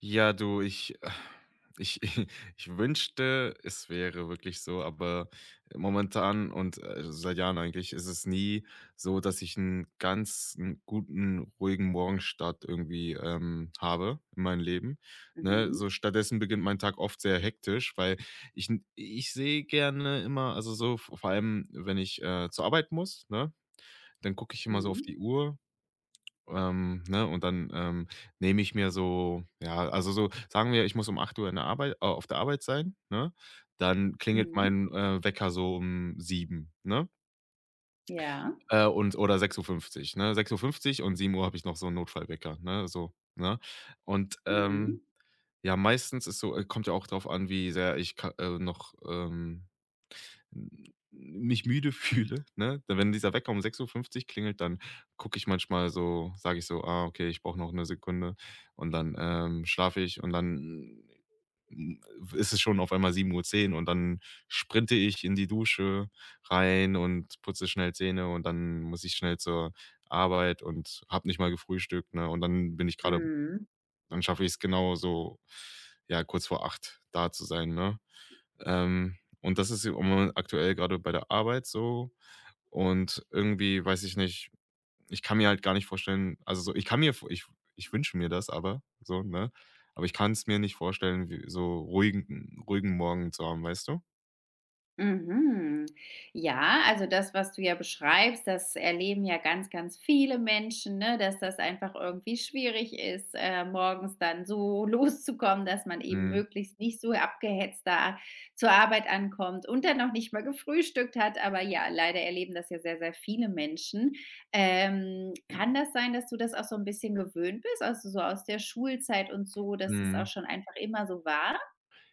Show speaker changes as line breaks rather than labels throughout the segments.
Ja, du, ich ich ich wünschte, es wäre wirklich so, aber momentan seit Jahren eigentlich ist es nie so, dass ich einen ganz 'n guten, ruhigen Morgenstart irgendwie, habe in meinem Leben, ne?
Mhm.
So stattdessen beginnt mein Tag oft sehr hektisch, weil ich sehe gerne immer, also so v vor allem, wenn ich, zur Arbeit muss, ne, dann gucke ich immer so auf
Mhm.
die Uhr, ne, und dann, nehme ich mir so, ja, also so, sagen wir, ich muss um 8 Uhr in der Arbeit auf der Arbeit sein, ne? Dann klingelt
Mhm.
mein, Wecker so um 7, ne?
Ja.
Und oder 6:50 Uhr, ne? 6:50 Uhr und 7 Uhr habe ich noch so 'n Notfallwecker, ne, so, ne? Und,
Mhm.
ja, meistens ist so kommt ja auch drauf an, wie sehr ich ka noch, mich müde fühle, ne? Da, wenn dieser Wecker um 6:50 Uhr klingelt, dann gucke ich manchmal so, sage ich so: „Ah, okay, ich brauche noch eine Sekunde“, und dann, schlafe ich und dann, hm, ist es schon auf einmal 7:10 Uhr und dann sprinte ich in die Dusche rein und putze schnell Zähne und dann muss ich schnell zur Arbeit und habe nicht mal gefrühstückt, ne? Und dann bin ich gerade
Mhm.
dann schaffe ich es genau so, ja, kurz vor 8 da zu sein, ne? Und das ist im Moment aktuell gerade bei der Arbeit so und irgendwie weiß ich nicht, ich kann mir halt gar nicht vorstellen, also so, ich kann mir v ich ich wünsche mir das aber so, ne? Aber ich kann es mir nicht vorstellen, wie so ruhigen Morgen zu haben, weißt du?
Mhm. Ja, also das, was du ja beschreibst, das erleben ja ganz, ganz viele Menschen, ne, dass das einfach irgendwie schwierig ist, morgens dann so loszukommen, dass man eben
Mhm.
möglichst nicht so abgehetzt da zur Arbeit ankommt und dann noch nicht mal gefrühstückt hat. Aber ja, leider erleben das ja sehr, sehr viele Menschen. Kann das sein, dass du das auch so ein bisschen gewöhnt bist, also so aus der Schulzeit und so, dass das auch
Mhm.
schon einfach immer so war?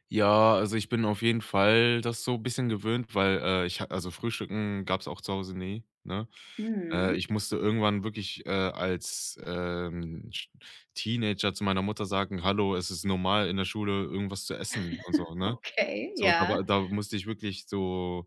Ja, also ich bin auf jeden Fall das so ein bisschen gewöhnt, weil, ich ha also Frühstücken gab's auch zu Hause nie, ne?
Mhm.
Ich musste irgendwann wirklich, als, Sch Teenager zu meiner Mutter sagen: „Hallo, es ist normal, in der Schule irgendwas zu essen“, und so, ne?
Okay,
So, da war
ja.
da musste ich wirklich so,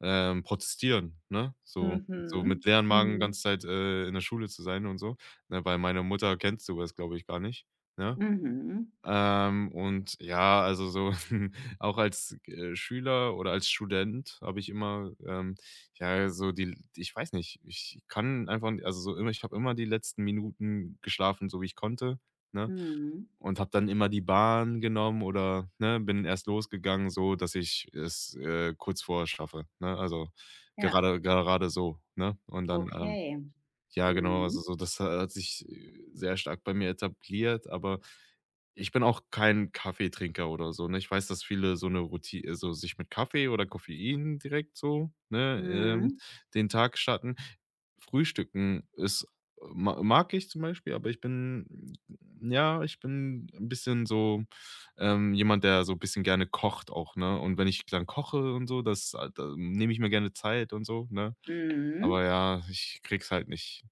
protestieren, ne? So mit
Mhm.
leeren Magen
Mhm.
ganze Zeit, in der Schule zu sein und so, ne, weil meine Mutter kennt sowas, glaube ich, gar nicht, ne?
Mhm.
Und ja, also so, auch als, Schüler oder als Student habe ich immer, ja, so die, ich weiß nicht, ich kann einfach, also so immer, ich habe immer die letzten Minuten geschlafen, so wie ich konnte, ne?
Mhm.
Und habe dann immer die Bahn genommen oder, ne, bin erst losgegangen, so dass ich es, kurz vor schaffe, ne? Also,
Ja,
gerade gerade so, ne? Und dann,
okay.
ja, genau, also
Mhm.
so, das hat sich, sehr stark bei mir etabliert, aber ich bin auch kein Kaffeetrinker oder so, ne? Ich weiß, dass viele so eine Routine, so sich mit Kaffee oder Koffein direkt so, ne,
Mhm.
den Tag starten. Frühstücken ist ma mag ich zum Beispiel, aber ich bin ein bisschen so, jemand, der so ein bisschen gerne kocht auch, ne? Und wenn ich dann koche und so, da nehme ich mir gerne Zeit und so, ne?
Mhm.
Aber ja, ich krieg's halt nicht,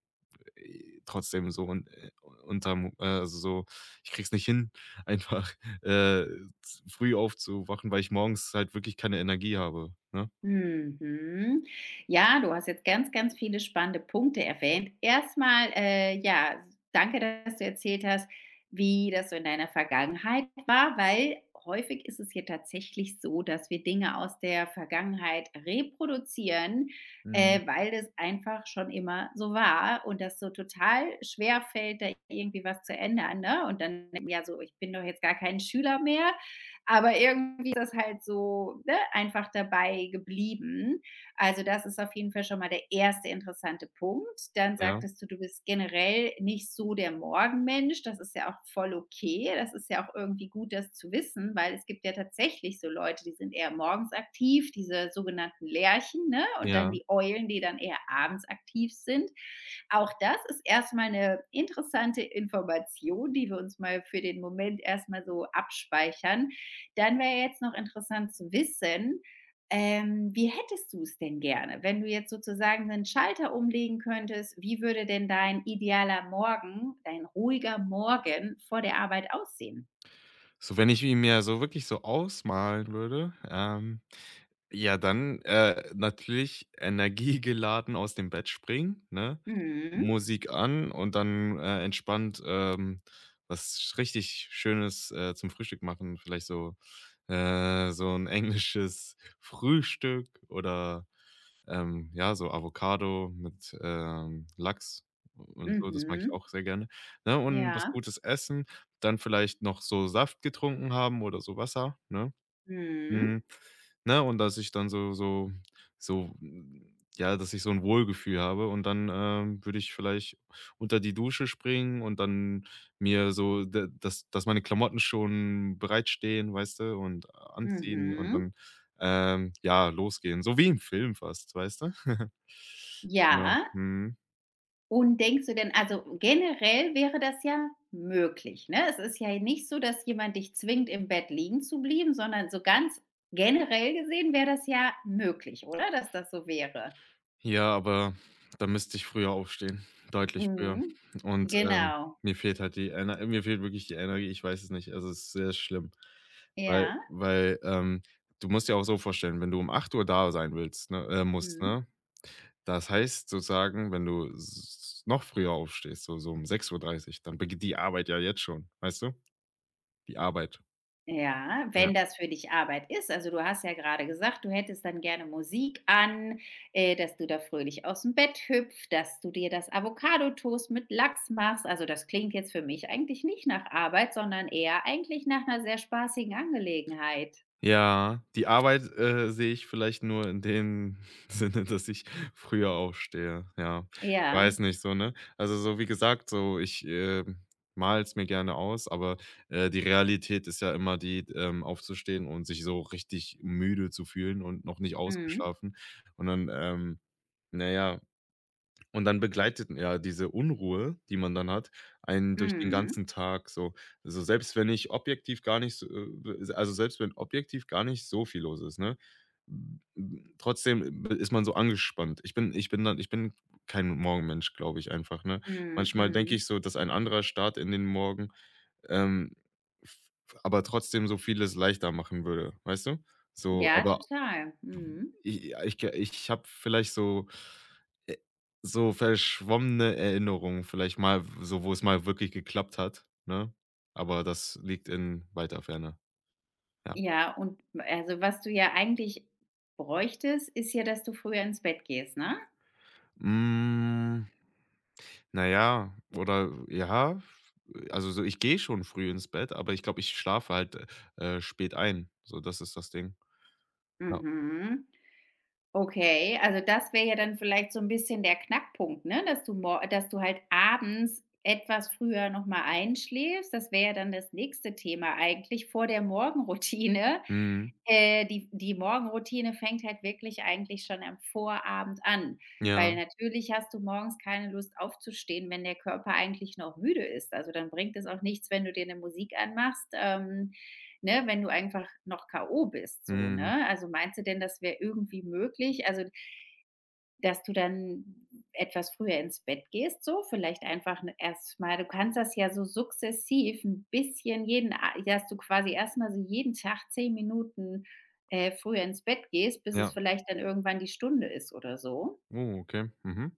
trotzdem so un unterm also so, ich krieg's nicht hin, einfach, äh, z früh aufzuwachen, weil ich morgens halt wirklich keine Energie habe, ne?
Mhm. Ja, du hast jetzt ganz, ganz viele spannende Punkte erwähnt. Erstmal, ja, danke, dass du erzählt hast, wie das so in deiner Vergangenheit war, weil häufig ist es hier tatsächlich so, dass wir Dinge aus der Vergangenheit reproduzieren,
Mhm.
weil das einfach schon immer so war und das so total schwer fällt, da irgendwie was zu ändern, ne? Und dann ja so: „Ich bin doch jetzt gar kein Schüler mehr, aber irgendwie ist das halt so, ne, einfach dabei geblieben. Also, das ist auf jeden Fall schon mal der erste interessante Punkt. Dann
Ja,
sagtest du, du bist generell nicht so der Morgenmensch. Das ist ja auch voll okay. Das ist ja auch irgendwie gut, das zu wissen, weil es gibt ja tatsächlich so Leute, die sind eher morgens aktiv, diese sogenannten Lerchen, ne? Und dann
ja.
die Eulen, die dann eher abends aktiv sind. Auch das ist erst mal 'ne interessante Information, die wir uns mal für den Moment erst mal so abspeichern. Dann wäre jetzt noch interessant zu wissen, wie hättest du es denn gerne, wenn du jetzt sozusagen einen Schalter umlegen könntest? Wie würde denn dein idealer Morgen, dein ruhiger Morgen vor der Arbeit aussehen?
So, wenn ich ihn mir so wirklich so ausmalen würde, ja, dann, natürlich energiegeladen aus dem Bett springen, ne?
Mhm.
Musik an, und dann, entspannt, was richtig Schönes, zum Frühstück machen. Vielleicht so, so ein englisches Frühstück, oder, ja, so Avocado mit, Lachs und so, das mag ich
Mhm.
auch sehr gerne, ne? Und was
Ja.
Gutes essen, dann vielleicht noch so Saft getrunken haben oder so Wasser, ne?
Mhm.
Mhm. Ne, und dass ich dann so so so mm, ja, dass ich so ein Wohlgefühl habe, und dann, würde ich vielleicht unter die Dusche springen und dann mir so, d dass dass meine Klamotten schon bereitstehen, weißt du, und anziehen und
Mhm.
dann, ja, losgehen, so wie im Film fast, weißt du? Ja,
Ja,
mhm.
und denkst du denn also, generell wäre das ja möglich, ne? Es ist ja nicht so, dass jemand dich zwingt, im Bett liegen zu bleiben, sondern so ganz generell gesehen wäre das ja möglich, oder? Dass das so wäre.
Ja, aber da müsste ich früher aufstehen, deutlich früher.
Mhm.
Und,
Genau.
mir fehlt wirklich die Energie, ich weiß es nicht. Also, es ist sehr schlimm, weil,
Ja.
du musst dir auch so vorstellen, wenn du um 8 Uhr da sein willst, ne, musst,
Mhm.
ne? Das heißt sozusagen, wenn du s noch früher aufstehst, so um 6:30 Uhr, dann beginnt die Arbeit ja jetzt schon, weißt du? Die Arbeit.
Ja,
Ne?
wenn das für dich Arbeit ist. Also, du hast ja gerade gesagt, du hättest dann gerne Musik an, dass du da fröhlich aus dem Bett hüpfst, dass du dir das Avocado-Toast mit Lachs machst. Also, das klingt jetzt für mich eigentlich nicht nach Arbeit, sondern eher eigentlich nach einer sehr spaßigen Angelegenheit.
Ja, die Arbeit, sehe ich vielleicht nur in dem Sinne, dass ich früher aufstehe, ja. Ich
Ja.
weiß nicht so, ne? Also, so wie gesagt, so ich, male es mir gerne aus, aber, die Realität ist ja immer die, aufzustehen und sich so richtig müde zu fühlen und noch nicht
Mhm.
ausgeschlafen. Und dann, na ja, und dann begleitet ja diese Unruhe, die man dann hat, einen durch den ganzen
Mhm.
Tag so. Also, selbst wenn ich objektiv gar nicht so, also, selbst wenn objektiv gar nicht so viel los ist, ne? Trotzdem ist man so angespannt. Ich bin kein Morgenmensch, glaube ich einfach, ne?
Mhm.
Manchmal denke
Mhm.
ich so, dass ein anderer Start in den Morgen, ähm, f aber trotzdem so vieles leichter machen würde, weißt du? So,
Ja,
aber
total. Mhm.
ich ja, ich ge ich habe vielleicht so, äh, so verschwommene Erinnerungen, vielleicht mal, w so, wo es mal wirklich geklappt hat, ne? Aber das liegt in weiter Ferne, ja.
Ja, und also, was du ja eigentlich bräuchtest, ist ja, dass du früher ins Bett gehst, ne?
Hm, na ja, oder ja, also so, ich gehe schon früh ins Bett, aber ich glaube, ich schlafe halt, spät ein. So, das ist das Ding. Ja.
Mhm. Okay, also das wäre ja dann vielleicht so ein bisschen der Knackpunkt, ne, dass du mor dass du halt abends etwas früher noch mal einschläfst. Das wäre ja dann das nächste Thema eigentlich vor der Morgenroutine.
Mhm.
Die Morgenroutine fängt halt wirklich eigentlich schon am Vorabend an, weil
Ja.
natürlich hast du morgens keine Lust aufzustehen, wenn der Körper eigentlich noch müde ist. Also, dann bringt es auch nichts, wenn du dir eine Musik anmachst, ne, wenn du einfach noch K.O. bist so,
Mhm.
ne? Also, meinst du denn, das wäre irgendwie möglich? Also, dass du dann etwas früher ins Bett gehst so, vielleicht einfach n erst mal du kannst das ja so sukzessiv ein bisschen jeden a ja, dass du quasi erst mal so jeden Tag 10 Minuten, früher ins Bett gehst, bis es
Ja.
vielleicht dann irgendwann die Stunde ist oder so.
Oh, okay. Mhm.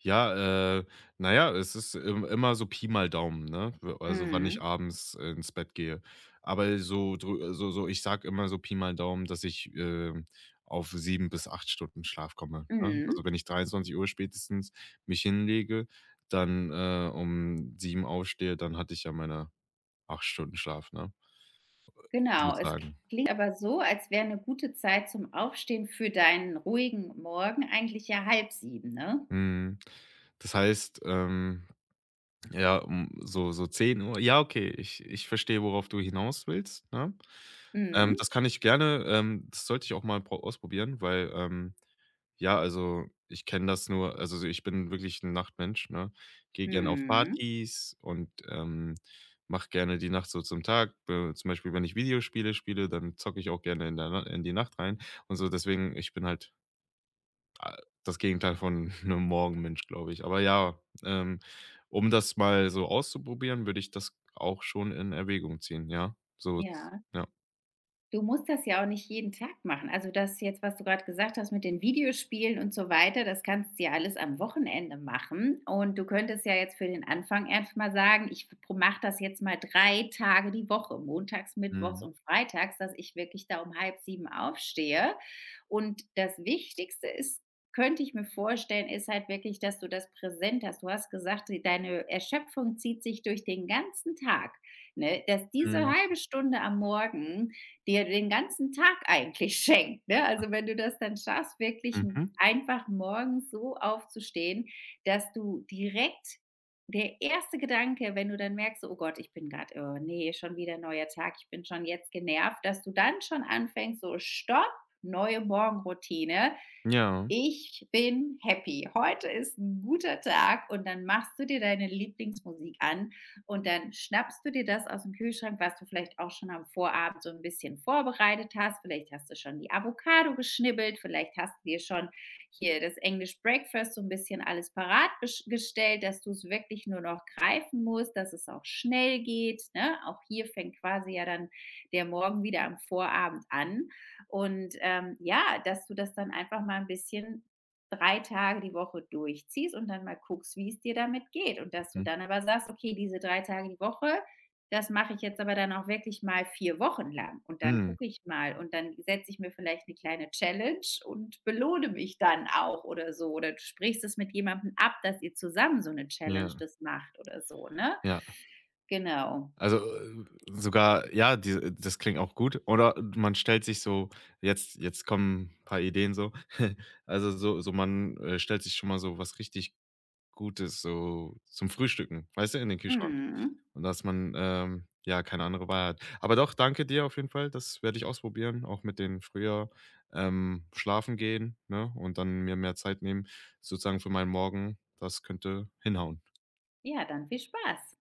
Ja, na ja, es ist im immer so Pi mal Daumen, ne? W Also, wann ich
Mhm,
abends, ins Bett gehe. Aber so ich sag immer so Pi mal Daumen, dass ich, auf 7 bis 8 Stunden Schlaf komme, ne? Also,
mhm,
wenn ich 23 Uhr spätestens mich hinlege, dann, um 7 aufstehe, dann hatte ich ja meine 8 Stunden Schlaf, ne,
genau. Es
sozusagen.
klingt aber so, als wäre eine gute Zeit zum Aufstehen für deinen ruhigen Morgen eigentlich ja halb sieben, ne?
Mhm. Das heißt, ja, um so 10 Uhr. Ja, okay, ich verstehe, worauf du hinaus willst, ne?
Mhm.
Das kann ich gerne das sollte ich auch mal pro ausprobieren, weil, ja, also, ich kenne das nur, also so, ich bin wirklich ein Nachtmensch, ne? Gehe gerne auf
Mhm.
Partys und, mache gerne die Nacht so zum Tag. Zum Beispiel, wenn ich Videospiele spiele, dann zocke ich auch gerne in der Na in die Nacht rein und so. Deswegen, ich bin halt, a das Gegenteil von einem Morgenmensch, glaube ich. Aber ja, um das mal so auszuprobieren, würde ich das auch schon in Erwägung ziehen, ja. So, z
Ja.
ja.
Du musst das ja auch nicht jeden Tag machen. Also das jetzt, was du gerade gesagt hast mit den Videospielen und so weiter, das kannst du ja alles am Wochenende machen. Und du könntest ja jetzt für den Anfang erst mal sagen: „Ich mache das jetzt mal 3 Tage die Woche, montags, mittwochs
Mhm.
und freitags, dass ich wirklich da um halb sieben aufstehe.“ Und das Wichtigste ist, könnte ich mir vorstellen, ist halt wirklich, dass du das präsent hast. Du hast gesagt, d deine Erschöpfung zieht sich durch den ganzen Tag, ne? Dass diese
Mhm.
halbe Stunde am Morgen dir den ganzen Tag eigentlich schenkt, ne? Also, wenn du das dann schaffst, wirklich m
Mhm.
einfach morgens so aufzustehen, dass du direkt der erste Gedanke, wenn du dann merkst, so: „Oh Gott, ich bin gerade, oh ne, schon wieder neuer Tag, ich bin schon jetzt genervt“, dass du dann schon anfängst, so: „Stopp, neue Morgenroutine.“
Ja.
Ich bin happy. Heute ist ein guter Tag, und dann machst du dir deine Lieblingsmusik an und dann schnappst du dir das aus dem Kühlschrank, was du vielleicht auch schon am Vorabend so ein bisschen vorbereitet hast. Vielleicht hast du schon die Avocado geschnibbelt, vielleicht hast du dir schon hier das English Breakfast so ein bisschen alles parat gesch gestellt, dass du es wirklich nur noch greifen musst, dass es auch schnell geht, ne? Auch hier fängt quasi ja dann der Morgen wieder am Vorabend an. Und ja, dass du das dann einfach mal ein bisschen 3 Tage die Woche durchziehst und dann mal guckst, wie es dir damit geht. Und dass du
Mhm.
dann aber sagst: „Okay, diese 3 Tage die Woche, das mache ich jetzt aber dann auch wirklich mal 4 Wochen lang und dann
Mhm.
gucke ich mal und dann setze ich mir vielleicht eine kleine Challenge und belohne mich dann auch“ oder so. Oder du sprichst es mit jemandem ab, dass ihr zusammen so eine Challenge
Ja,
das macht oder so, ne?
ja.
Genau.
Also, sogar ja, diese, das klingt auch gut. Oder man stellt sich so, jetzt kommen ein paar Ideen so. Also, so man, stellt sich schon mal so was richtig Gutes so zum Frühstücken, weißt du, in den Kühlschrank.
Mhm.
Und dass man, ja, keine andere Wahl hat. Aber doch, danke dir auf jeden Fall. Das werde ich ausprobieren, auch mit den früher, schlafen gehen, ne, und dann mir mehr Zeit nehmen sozusagen für meinen Morgen. Das könnte hinhauen.
Ja, dann viel Spaß.